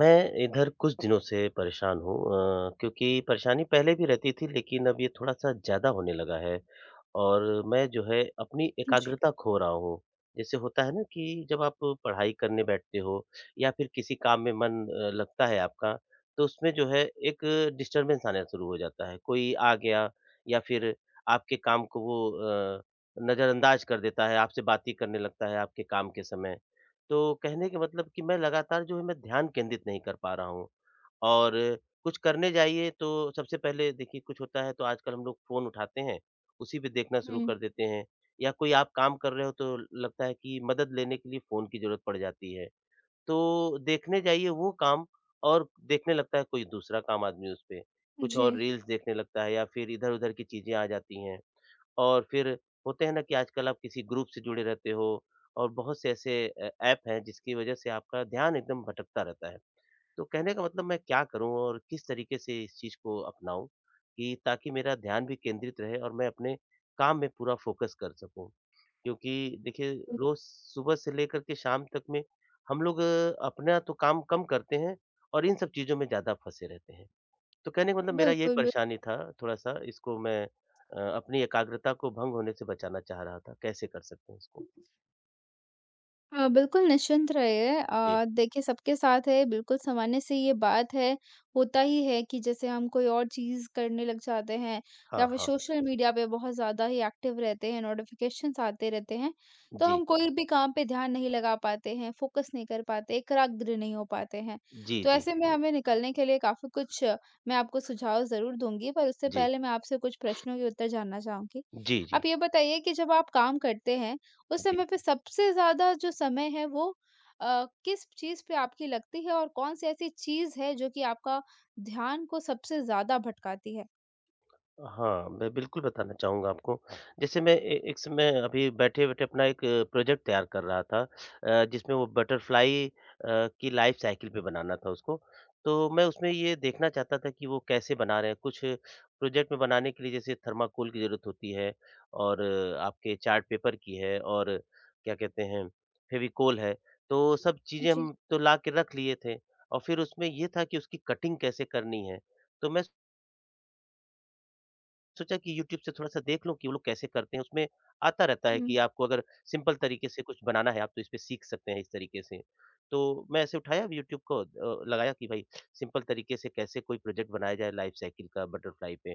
मैं इधर कुछ दिनों से परेशान हूँ। क्योंकि परेशानी पहले भी रहती थी लेकिन अब ये थोड़ा-सा ज़्यादा होने लगा है और मैं जो है अपनी एकाग्रता खो रहा हूँ। जैसे होता है ना कि जब आप पढ़ाई करने बैठते हो या फिर किसी काम में मन लगता है आपका, तो उसमें जो है एक डिस्टर्बेंस आना शुरू हो जाता है। कोई आ गया या फिर आपके काम को वो अ, नज़रअंदाज कर देता है, आपसे बात ही करने लगता है आपके काम के समय। तो कहने का मतलब कि मैं लगातार जो है मैं ध्यान केंद्रित नहीं कर पा रहा हूँ। और कुछ करने जाइए तो सबसे पहले देखिए कुछ होता है तो आजकल हम लोग फ़ोन उठाते हैं, उसी पे देखना शुरू हुँ, कर देते हैं। या कोई आप काम कर रहे हो तो लगता है कि मदद लेने के लिए फ़ोन की ज़रूरत पड़ जाती है। तो देखने जाइए वो काम और देखने लगता है कोई दूसरा काम आदमी उस पे, कुछ जी। और रील्स देखने लगता है या फिर इधर-उधर की चीज़ें आ जाती हैं। और फिर होते हैं ना कि आजकल आप किसी ग्रुप से जुड़े रहते हो और बहुत से ऐसे ऐप हैं जिसकी वजह से आपका ध्यान एकदम भटकता रहता है। तो कहने का मतलब मैं क्या करूँ और किस तरीके से इस चीज़ को अपनाऊँ कि ताकि मेरा ध्यान भी केंद्रित रहे और मैं अपने काम में पूरा फ़ोकस कर सकूँ? क्योंकि देखिए, रोज़ सुबह से लेकर के शाम तक में हम लोग अपना तो काम कम करते हैं और इन सब चीज़ों में ज़्यादा फँसे रहते हैं। तो कहने का मतलब मेरा यही बिल्कुल, बिल्कुल। परेशानी था। थोड़ा-सा इसको मैं अपनी एकाग्रता को भंग होने से बचाना चाह रहा था, कैसे कर सकते हैं इसको? बिल्कुल निश्चिंत रहिए, जी, देखिए, सबके साथ है, बिल्कुल सामान्य सी ये बात है। होता ही है कि जैसे हम कोई और चीज़ करने लग जाते हैं, या हाँ, फिर हाँ। सोशल मीडिया पे बहुत ज़्यादा ही एक्टिव रहते हैं, नोटिफ़िकेशंस आते रहते हैं, तो जी। हम कोई भी काम पे ध्यान नहीं लगा पाते हैं, फोकस नहीं कर पाते, एकाग्र नहीं हो पाते हैं। जी, तो जी, ऐसे में जी। हमें निकलने के लिए काफ़ी कुछ, मैं आपको सुझाव ज़रूर दूँगी, पर उससे जी। पहले मैं आपसे कुछ प्रश्नों के उत्तर जानना चाहूँगी। जी, आप जी। ये बताइए, कि जब आप काम करते हैं, उस समय जी। पे सबसे ज़्यादा जो समय है वो किस चीज़ पे आपकी लगती है, और कौन-सी ऐसी चीज़ है जो कि आपका ध्यान को सबसे ज़्यादा भटकाती है? हाँ, मैं बिल्कुल बताना चाहूँगा आपको। जैसे मैं ए एक समय अभी बैठे-बैठे अपना एक प्रोजेक्ट तैयार कर रहा था जिसमें वो बटरफ्लाई की लाइफ़ साइकिल पे बनाना था उसको। तो मैं उसमें ये देखना चाहता था कि वो कैसे बना रहे हैं। कुछ प्रोजेक्ट में बनाने के लिए जैसे थर्माकोल की ज़रूरत होती है और आपके चार्ट पेपर की है और क्या कहते हैं, फेविकोल है। तो सब चीज़ें जी। हम तो ला के रख लिए थे और फिर उसमें ये था कि उसकी कटिंग कैसे करनी है। तो मैं सोचा कि यूट्यूब से थोड़ा-सा देख लूँ कि वो लोग कैसे करते हैं, उसमें आता रहता है हुँ, कि आपको अगर सिंपल तरीके से कुछ बनाना है, आप तो इस पे सीख सकते हैं इस तरीके से। तो मैं ऐसे उठाया यूट्यूब को लगाया कि भाई सिंपल तरीके से कैसे कोई प्रोजेक्ट बनाया जाए लाइफ साइकिल का बटरफ्लाई पे,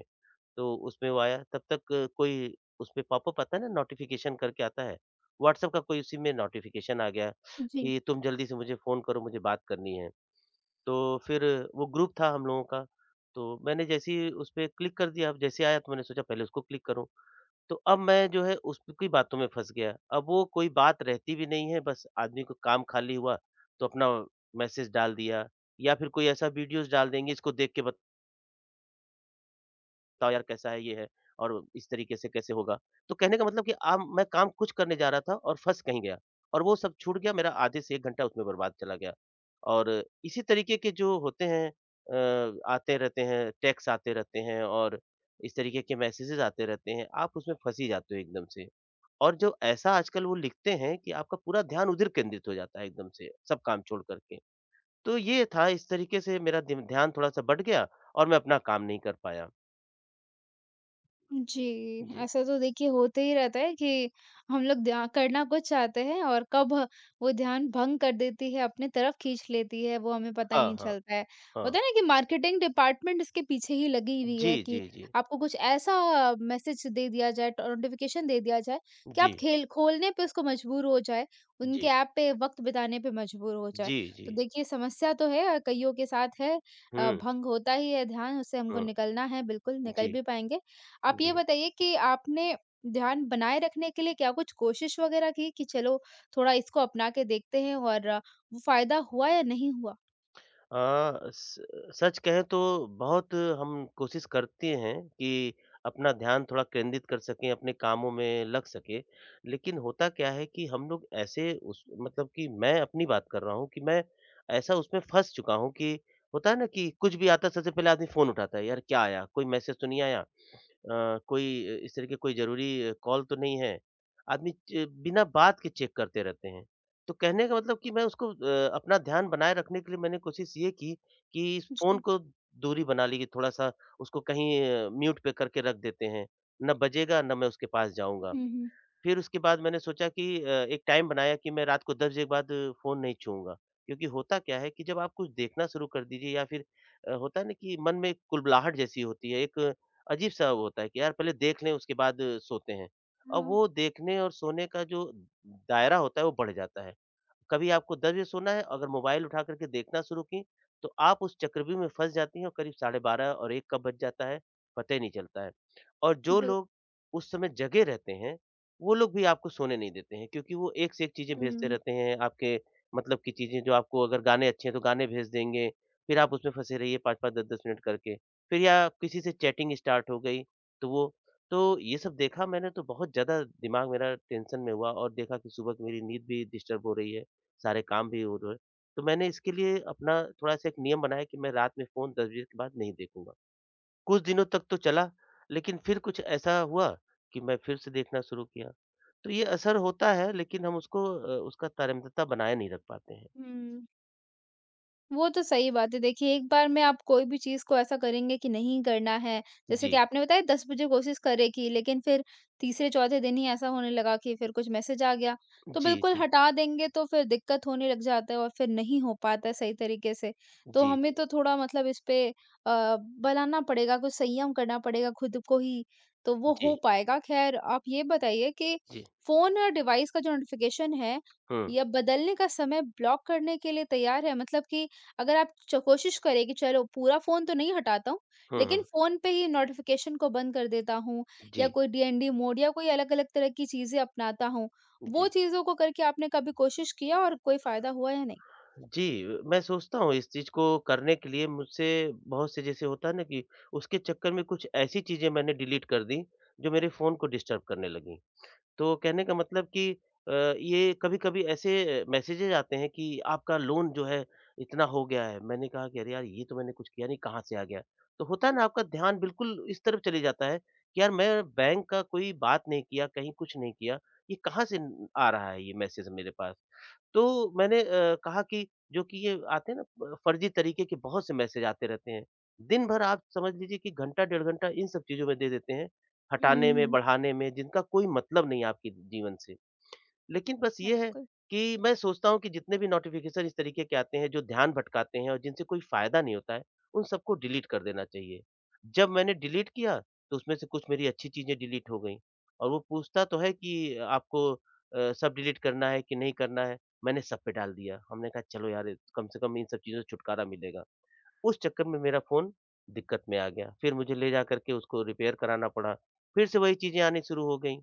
तो उसमें वो आया तब तक कोई उसपे पॉपअप आता है ना नोटिफ़िकेशन करके आता है, व्हाट्सएप का कोई उसी में नोटिफ़िकेशन आ गया जी। कि तुम जल्दी से मुझे फ़ोन करो, मुझे बात करनी है। तो फिर वो ग्रुप था हम लोगों का, तो मैंने जैसे ही उसपे क्लिक कर दिया, अब जैसे आया तो मैंने सोचा पहले उसको क्लिक करूँ। तो अब मैं जो है उसकी बातों में फँस गया। अब वो कोई बात रहती भी नहीं है, बस आदमी को काम खाली हुआ, तो अपना मैसेज डाल दिया या फिर कोई ऐसा वीडियोज़ डाल देंगे इसको देख के बता बताओ यार कैसा है ये है और इस तरीके से कैसे होगा? तो कहने का मतलब कि आम मैं काम कुछ करने जा रहा था और फँस कहीं गया और वो सब छूट गया, मेरा आधे से 1 घंटा उसमें बर्बाद चला गया। और इसी तरीके के जो होते हैं आते रहते हैं, टेक्स्ट आते रहते हैं और इस तरीके के मैसेजेस आते रहते हैं, आप उसमें फँस ही जाते हो एकदम से। और जो ऐसा आजकल वो लिखते हैं कि आपका पूरा ध्यान उधर केंद्रित हो जाता है एकदम से, सब काम छोड़ कर के। तो ये था, इस तरीके से मेरा दिम ध्यान थोड़ा-सा बँट गया और मैं अपना काम नहीं कर पाया। जी, जी। ऐसा तो देखिए होते ही रहता है कि हम लोग ध्या करना कुछ चाहते हैं, और वो ध्यान भंग कर देती है, अपनी तरफ खींच लेती है, वो हमें पता ही हाँ, नहीं हाँ। चलता है। होता हाँ, है ना कि मार्केटिंग डिपार्टमेंट इसके पीछे ही लगी हुई जी, है, कि जी, जी। आपको कुछ ऐसा मैसेज दे दिया जाए, ट नोटिफ़िकेशन दे दिया जाए, कि जी, आप खेल खोलने पे उसको मजबूर हो जाएँ, उनके जी, ऐप पे वक़्त बिताने पे मजबूर हो जाएँ। जी, तो जी। देखिए, समस्या तो है, कइयों के साथ है, हुँ, भंग होता ही है ध्यान, उससे हमको हुँ, निकलना है, बिल्कुल निकल जी, भी पाएँगे। आप ये जी। बताइए, कि आपने ध्यान बनाए रखने के लिए क्या कुछ कोशिश वगैरह की, कि चलो थोड़ा इसको अपना के देखते हैं, और वो फायदा हुआ या नहीं हुआ? स सच कहें तो बहुत हम कोशिश करते हैं कि अपना ध्यान थोड़ा केंद्रित कर सकें, अपने कामों में लग सकें। लेकिन होता क्या है कि हम लोग ऐसे उस मतलब कि मैं अपनी बात कर रहा हूँ कि मैं ऐसा उसमें फँस चुका हूँ कि होता है ना कि कुछ भी आता है सबसे पहले आदमी फ़ोन उठाता है, यार क्या आया? कोई मैसेज तो नहीं आया? कोई इस तरह के कोई ज़रूरी कॉल तो नहीं है। आदमी च बिना बात के चेक करते रहते हैं। तो कहने का मतलब कि मैं उसको अपना ध्यान बनाए रखने के लिए मैंने कोशिश ये की कि इस फ़ोन जी। को दूरी बना ली कि थोड़ा-सा उसको कहीं म्यूट पे करके रख देते हैं। ना बजेगा, ना मैं उसके पास जाऊँगा। जी। हुँ, हुँ। फिर उसके बाद मैंने सोचा कि एक टाइम बनाया कि मैं रात को 10 बजे के बाद फ़ोन नहीं छूऊँगा। क्योंकि होता क्या है कि जब आप कुछ देखना शुरू कर दीजिए या फिर होता है ना कि मन में एक कुलबुलाहट जैसी होती है, एक अजीब-सा वो होता है कि यार पहले देख लें उसके बाद सोते हैं। और हाँ, वो देखने और सोने का जो दायरा होता है वो बढ़ जाता है। कभी आपको 10 बजे सोना है, अगर मोबाइल उठा करके देखना शुरू कीं, तो आप उस चक्रव्यूह में फँस जाती हैं और करीब साढ़े 12 और 1 कब बज जाता है, पता ही नहीं चलता है। और जो बिल्कुल। लोग उस समय जगे रहते हैं, वो लोग भी आपको सोने नहीं देते हैं क्योंकि वो एक से एक चीज़ें भेजते हुँ। रहते हैं आपके मतलब की चीज़ें। जो आपको अगर गाने अच्छे हैं, तो गाने भेज देंगे, फिर आप उसमें फँसे रहिए 5-5, 10-10 मिनट करके। फिर या किसी से चैटिंग स्टार्ट हो गई, तो वो तो ये सब देखा मैंने तो बहुत ज़्यादा दिमाग मेरा टेंशन में हुआ और देखा कि सुबह की मेरी नींद भी डिस्टर्ब हो रही है। सारे काम भी हो रहे हैं। तो मैंने इसके लिए अपना थोड़ा-सा एक नियम बनाया कि मैं रात में फ़ोन 10 बजे के बाद नहीं देखूँगा। कुछ दिनों तक तो चला, लेकिन फिर कुछ ऐसा हुआ कि मैं फिर से देखना शुरू किया। तो ये असर होता है लेकिन हम उसको उसका तारतम्यता बनाए नहीं रख पाते हैं। हुँ। वो तो सही बात है। देखिए, एक बार में आप कोई भी चीज़ को ऐसा करेंगे कि नहीं करना है, जैसे कि जी। आपने बताया 10 बजे कोशिश करे की, लेकिन फिर तीसरे-चौथे दिन ही ऐसा होने लगा कि फिर कुछ मैसेज आ गया, तो जी, बिल्कुल जी। हटा देंगे तो फिर दिक्कत होने लग जाता है और फिर नहीं हो पाता है सही तरीके से। तो जी, हमें जी। तो थोड़ा मतलब इस पे, बनाना पड़ेगा, कुछ संयम करना पड़ेगा खुद को ही, तो वो हो जी, पाएगा। ख़ैर, आप ये बताइए कि जी। फ़ोन और डिवाइस का जो नोटिफ़िकेशन है, हुँ। या बदलने का समय ब्लॉक करने के लिए तैयार है? मतलब कि अगर आप च कोशिश करें कि चलो पूरा फ़ोन तो नहीं हटाता हूँ, हुँ, लेकिन हुँ। फ़ोन पे ही नोटिफ़िकेशन को बंद कर देता हूँ, या जी, कोई डीएनडी मोड, या कोई अलग-अलग तरह की चीज़ें अपनाता हूँ। वो जी। चीज़ों को करके आपने कभी कोशिश किया, और कोई फ़ायदा हुआ या नहीं? जी, मैं सोचता हूँ इस चीज़ को करने के लिए मुझसे बहुत से जैसे होता है ना कि उसके चक्कर में कुछ ऐसी चीज़ें मैंने डिलीट कर दी, जो मेरे फ़ोन को डिस्टर्ब करने लगीं। तो कहने का मतलब कि अ, ये कभी-कभी ऐसे मैसेजेज़ आते हैं कि आपका लोन जो है इतना हो गया है। मैंने कहा कि अरे यार! ये तो मैंने कुछ किया नहीं, कहाँ से आ गया? तो होता है ना आपका ध्यान बिल्कुल इस तरफ चले जाता है कि यार मैं बैंक का कोई बात नहीं किया, कहीं कुछ नहीं किया, ये कहाँ से न आ रहा है ये मैसेज मेरे पास? तो मैंने कहा कि जो कि ये आते हैं ना फर्जी तरीके के बहुत से मैसेज आते रहते हैं। दिन भर आप समझ लीजिए कि घंटा डेढ़ घंटा इन सब चीज़ों में दे देते हैं, हुँ, हटाने में, हुँ, बढ़ाने में, जिनका कोई मतलब नहीं है आपके जीवन से। लेकिन बस ये है बिल्कुल। कि मैं सोचता हूँ कि जितने भी नोटिफ़िकेशन इस तरीके के आते हैं जो ध्यान भटकाते हैं और जिनसे कोई फ़ायदा नहीं होता है, उन सबको डिलीट कर देना चाहिए। जब मैंने डिलीट किया तो उसमें से कुछ मेरी अच्छी चीज़ें डिलीट हो गईं और वो पूछता तो है कि आपको सब डिलीट करना है कि नहीं करना है? मैंने सब पे डाल दिया। हमने कहा चलो यार, कम से कम इन सब चीज़ों से छुटकारा मिलेगा। उस चक्कर में मेरा फ़ोन दिक्कत में आ गया, फिर मुझे ले जा कर के उसको रिपेयर कराना पड़ा, फिर से वही चीज़ें आनी शुरू हो गईं।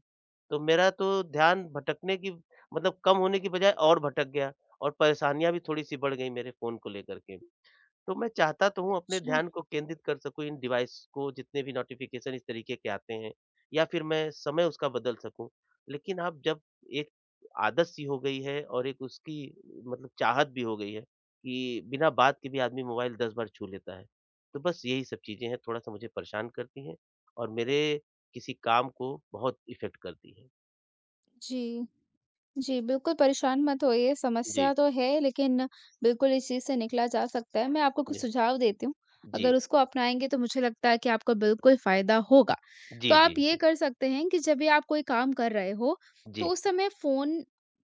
तो मेरा तो ध्यान भटकने की मतलब कम होने की बजाय और भटक गया और परेशानियाँ भी थोड़ी-सी बढ़ गईं मेरे फ़ोन को लेकर के। तो मैं चाहता तो हूँ अपने अच्छा, ध्यान को केंद्रित कर सकूँ इन डिवाइस को जितने भी नोटिफ़िकेशन इस तरीके के आते हैं या फिर मैं समय उसका बदल सकूँ। लेकिन अब जब एक आदत सी हो गई है और एक उसकी मतलब चाहत भी हो गई है कि बिना बात के भी आदमी मोबाइल 10 बार छू लेता है। तो बस यही सब चीज़ें हैं, थोड़ा-सा मुझे परेशान करती हैं और मेरे किसी काम को बहुत इफ़ेक्ट करती हैं। जी। जी, बिल्कुल परेशान मत होइए, जी, समस्या तो है, लेकिन बिल्कुल इस चीज़ से निकला जा सकता है। मैं आपको कुछ जी, सुझाव देती हूँ, जी, अगर उसको अपनाएँगे तो मुझे लगता है कि आपको बिल्कुल फ़ायदा होगा। तो जी, जी, आप ये जी, कर सकते हैं कि जब भी आप कोई काम कर रहे हो, तो जी। उस समय फ़ोन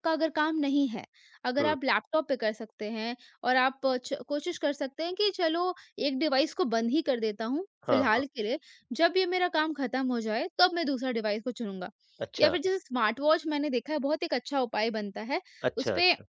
का अगर काम नहीं है, अगर हुँ, आप लैपटॉप पे कर सकते हैं, और आप अ, च कोशिश कर सकते हैं, कि चलो एक डिवाइस को बंद ही कर देता हूँ, हाँ, हाँ। फ़िलहाल के लिए। जब ये मेरा काम खत्म हो जाए, तब मैं दूसरा डिवाइस को चुनूँगा। या अच्छा, फिर जैसे स्मार्ट वॉच, मैंने देखा है, बहुत एक अच्छा उपाय बनता है। अच्छा, उसपे अच्छा।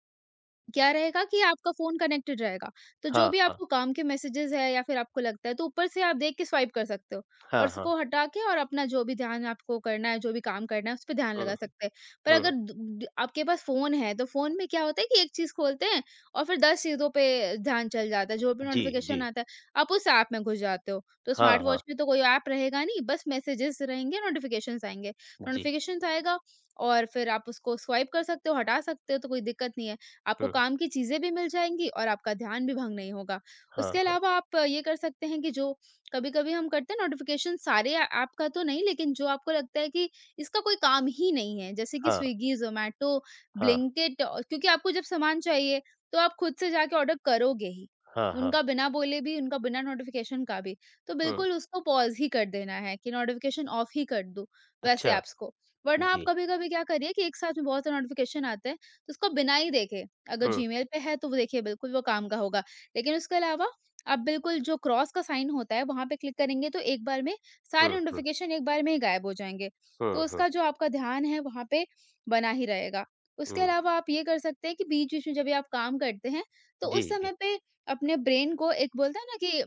क्या रहेगा, कि आपका फ़ोन कनेक्टेड रहेगा। तो जो हाँ, भी हाँ, आपको काम के मैसेजेज़ है, या फिर आपको लगता है, तो ऊपर से आप देख के स्वाइप कर सकते हो, और हाँ, उसको हाँ। हटा के, और अपना जो भी ध्यान आपको करना है, जो भी काम करना है, उस पे ध्यान लगा हुँ। सकते हैं। पर अगर हुँ, द द आपके पास फ़ोन है, तो फ़ोन में क्या होता है कि एक चीज़ खोलते हैं और फिर 10 चीज़ों पे ध्यान चल जाता है, जो भी जी, नोटिफ़िकेशन जी। आता है, आप उस ऐप में घुस जाते हो। तो हाँ, स्मार्ट हाँ, वॉच में तो कोई ऐप रहेगा नहीं, बस मैसेजेज़ रहेंगे, नोटिफ़िकेशंस आएँगे। जी। नोटिफ़िकेशंस आएगा, और फिर आप उसको स्वाइप कर सकते हो, हटा सकते हो, तो कोई दिक्कत नहीं है। आपको हुँ, काम की चीज़ें भी मिल जाएँगी, और आपका ध्यान भी भंग नहीं होगा। हाँ, उसके हाँ, अलावा आप ये कर सकते हैं कि जो कभी-कभी हम करते हैं, नोटिफ़िकेशन सारे ऐप का तो नहीं, लेकिन जो आपको लगता है कि इसका कोई काम ही नहीं है, जैसे कि हाँ, स्विग्गी, ज़ोमैटो, हाँ, ब्लिंकिट, क्योंकि आपको जब सामान चाहिए, तो आप खुद से जाके ऑर्डर करोगे ही। हाँ, हाँ। उनका बिना बोले भी, उनका बिना नोटिफ़िकेशन का भी। तो हुँ, बिल्कुल उसको पॉज़ ही कर देना है, कि नोटिफ़िकेशन ऑफ ही कर दूँ अच्छा, वैसे ऐप्स को। वरना आप जी। कभी-कभी क्या करिए कि एक साथ में बहुत से नोटिफ़िकेशन आते हैं, तो उसको बिना ही देखे, अगर हुँ, जीमेल पे है तो वो देखिए बिल्कुल वो काम का होगा। लेकिन उसके अलावा आप बिल्कुल जो क्रॉस का साइन होता है, वहाँ पे क्लिक करेंगे, तो एक बार में सारे हुँ, हुँ, नोटिफ़िकेशन एक बार में ही गायब हो जाएँगे। तो हुँ, हुँ, उसका जो आपका ध्यान है वहाँ पे बना ही रहेगा। उसके हुँ। अलावा आप ये कर सकते हैं कि बीच-बीच में जब भी आप काम करते हैं, तो जी, उस समय जी। पे अपने ब्रेन को, एक बोलते हैं ना कि,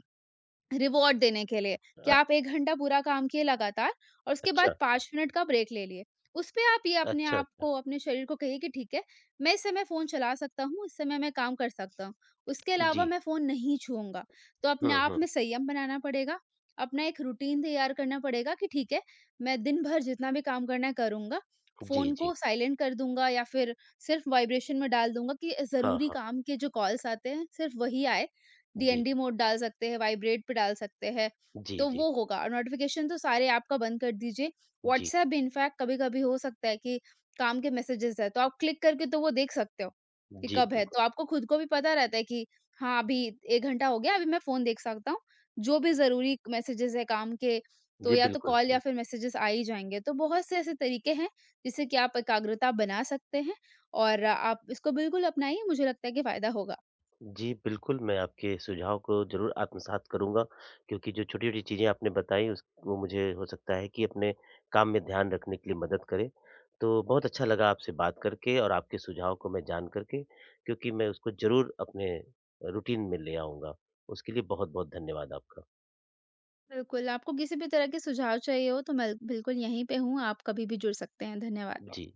रिवॉर्ड देने के लिए, कि अ, आप 1 घंटा पूरा काम किए लगातार, और उसके बाद अच्छा, 5 मिनट का ब्रेक ले लिए। उसपे आप ये अपने अच्छा, आप अच्छा। को, अपने शरीर को कहिए कि ठीक है, मैं इस समय फ़ोन चला सकता हूँ, इस समय मैं काम कर सकता हूँ। उसके अलावा जी। मैं फ़ोन नहीं छूऊँगा। तो अपने हुँ, आप हुँ। में संयम बनाना पड़ेगा, अपना एक रूटीन तैयार करना पड़ेगा कि ठीक है, मैं दिन भर जितना भी काम करना है करूँगा, जी, फ़ोन जी। को साइलेंट कर दूँगा, या फिर सिर्फ़ वाइब्रेशन में डाल दूँगा, कि हाँ, ज़रूरी हाँ। काम के जो कॉल्स आते हैं, सिर्फ़ वही आए। जी, डीएनडी मोड डाल सकते हैं, वाइब्रेट पे डाल सकते हैं, जी, तो जी, वो होगा, और नोटिफ़िकेशन तो सारे ऐप का बंद कर दीजिए। जी, व्हाट्सऐप भी इनफैक्ट कभी-कभी हो सकता है कि काम के मैसेजेस हैं, तो आप क्लिक करके तो वो देख सकते हो कि जी, कब है। बिल्कुल। तो आपको खुद को भी पता रहता है कि हाँ, अभी 1 घंटा हो गया, अभी मैं फ़ोन देख सकता हूँ। जो भी ज़रूरी मैसेजेस हैं काम के, तो जी, या तो बिल्कुल, कॉल या बिल्कुल। फिर मैसेजेस आ ही जाएँगे। तो बहुत से ऐसे तरीके हैं, जिससे कि आप एकाग्रता बना सकते हैं, और आप इसको बिल्कुल अपनाइए, मुझे लगता है कि फ़ायदा होगा। जी, बिल्कुल, मैं आपके सुझाव को ज़रूर आत्मसात करूँगा क्योंकि जो छोटी-छोटी चीज़ें आपने बताई उस वो मुझे हो सकता है कि अपने काम में ध्यान रखने के लिए मदद करे। तो बहुत अच्छा लगा आपसे बात करके और आपके सुझाव को मैं जान करके क्योंकि मैं उसको ज़रूर अपने रूटीन में ले आऊँगा। उसके लिए बहुत-बहुत धन्यवाद आपका। बिल्कुल, आपको किसी भी तरह के सुझाव चाहिए हो, तो मैं बिल्कुल यहीं पे हूँ, आप कभी भी जुड़ सकते हैं। धन्यवाद। जी।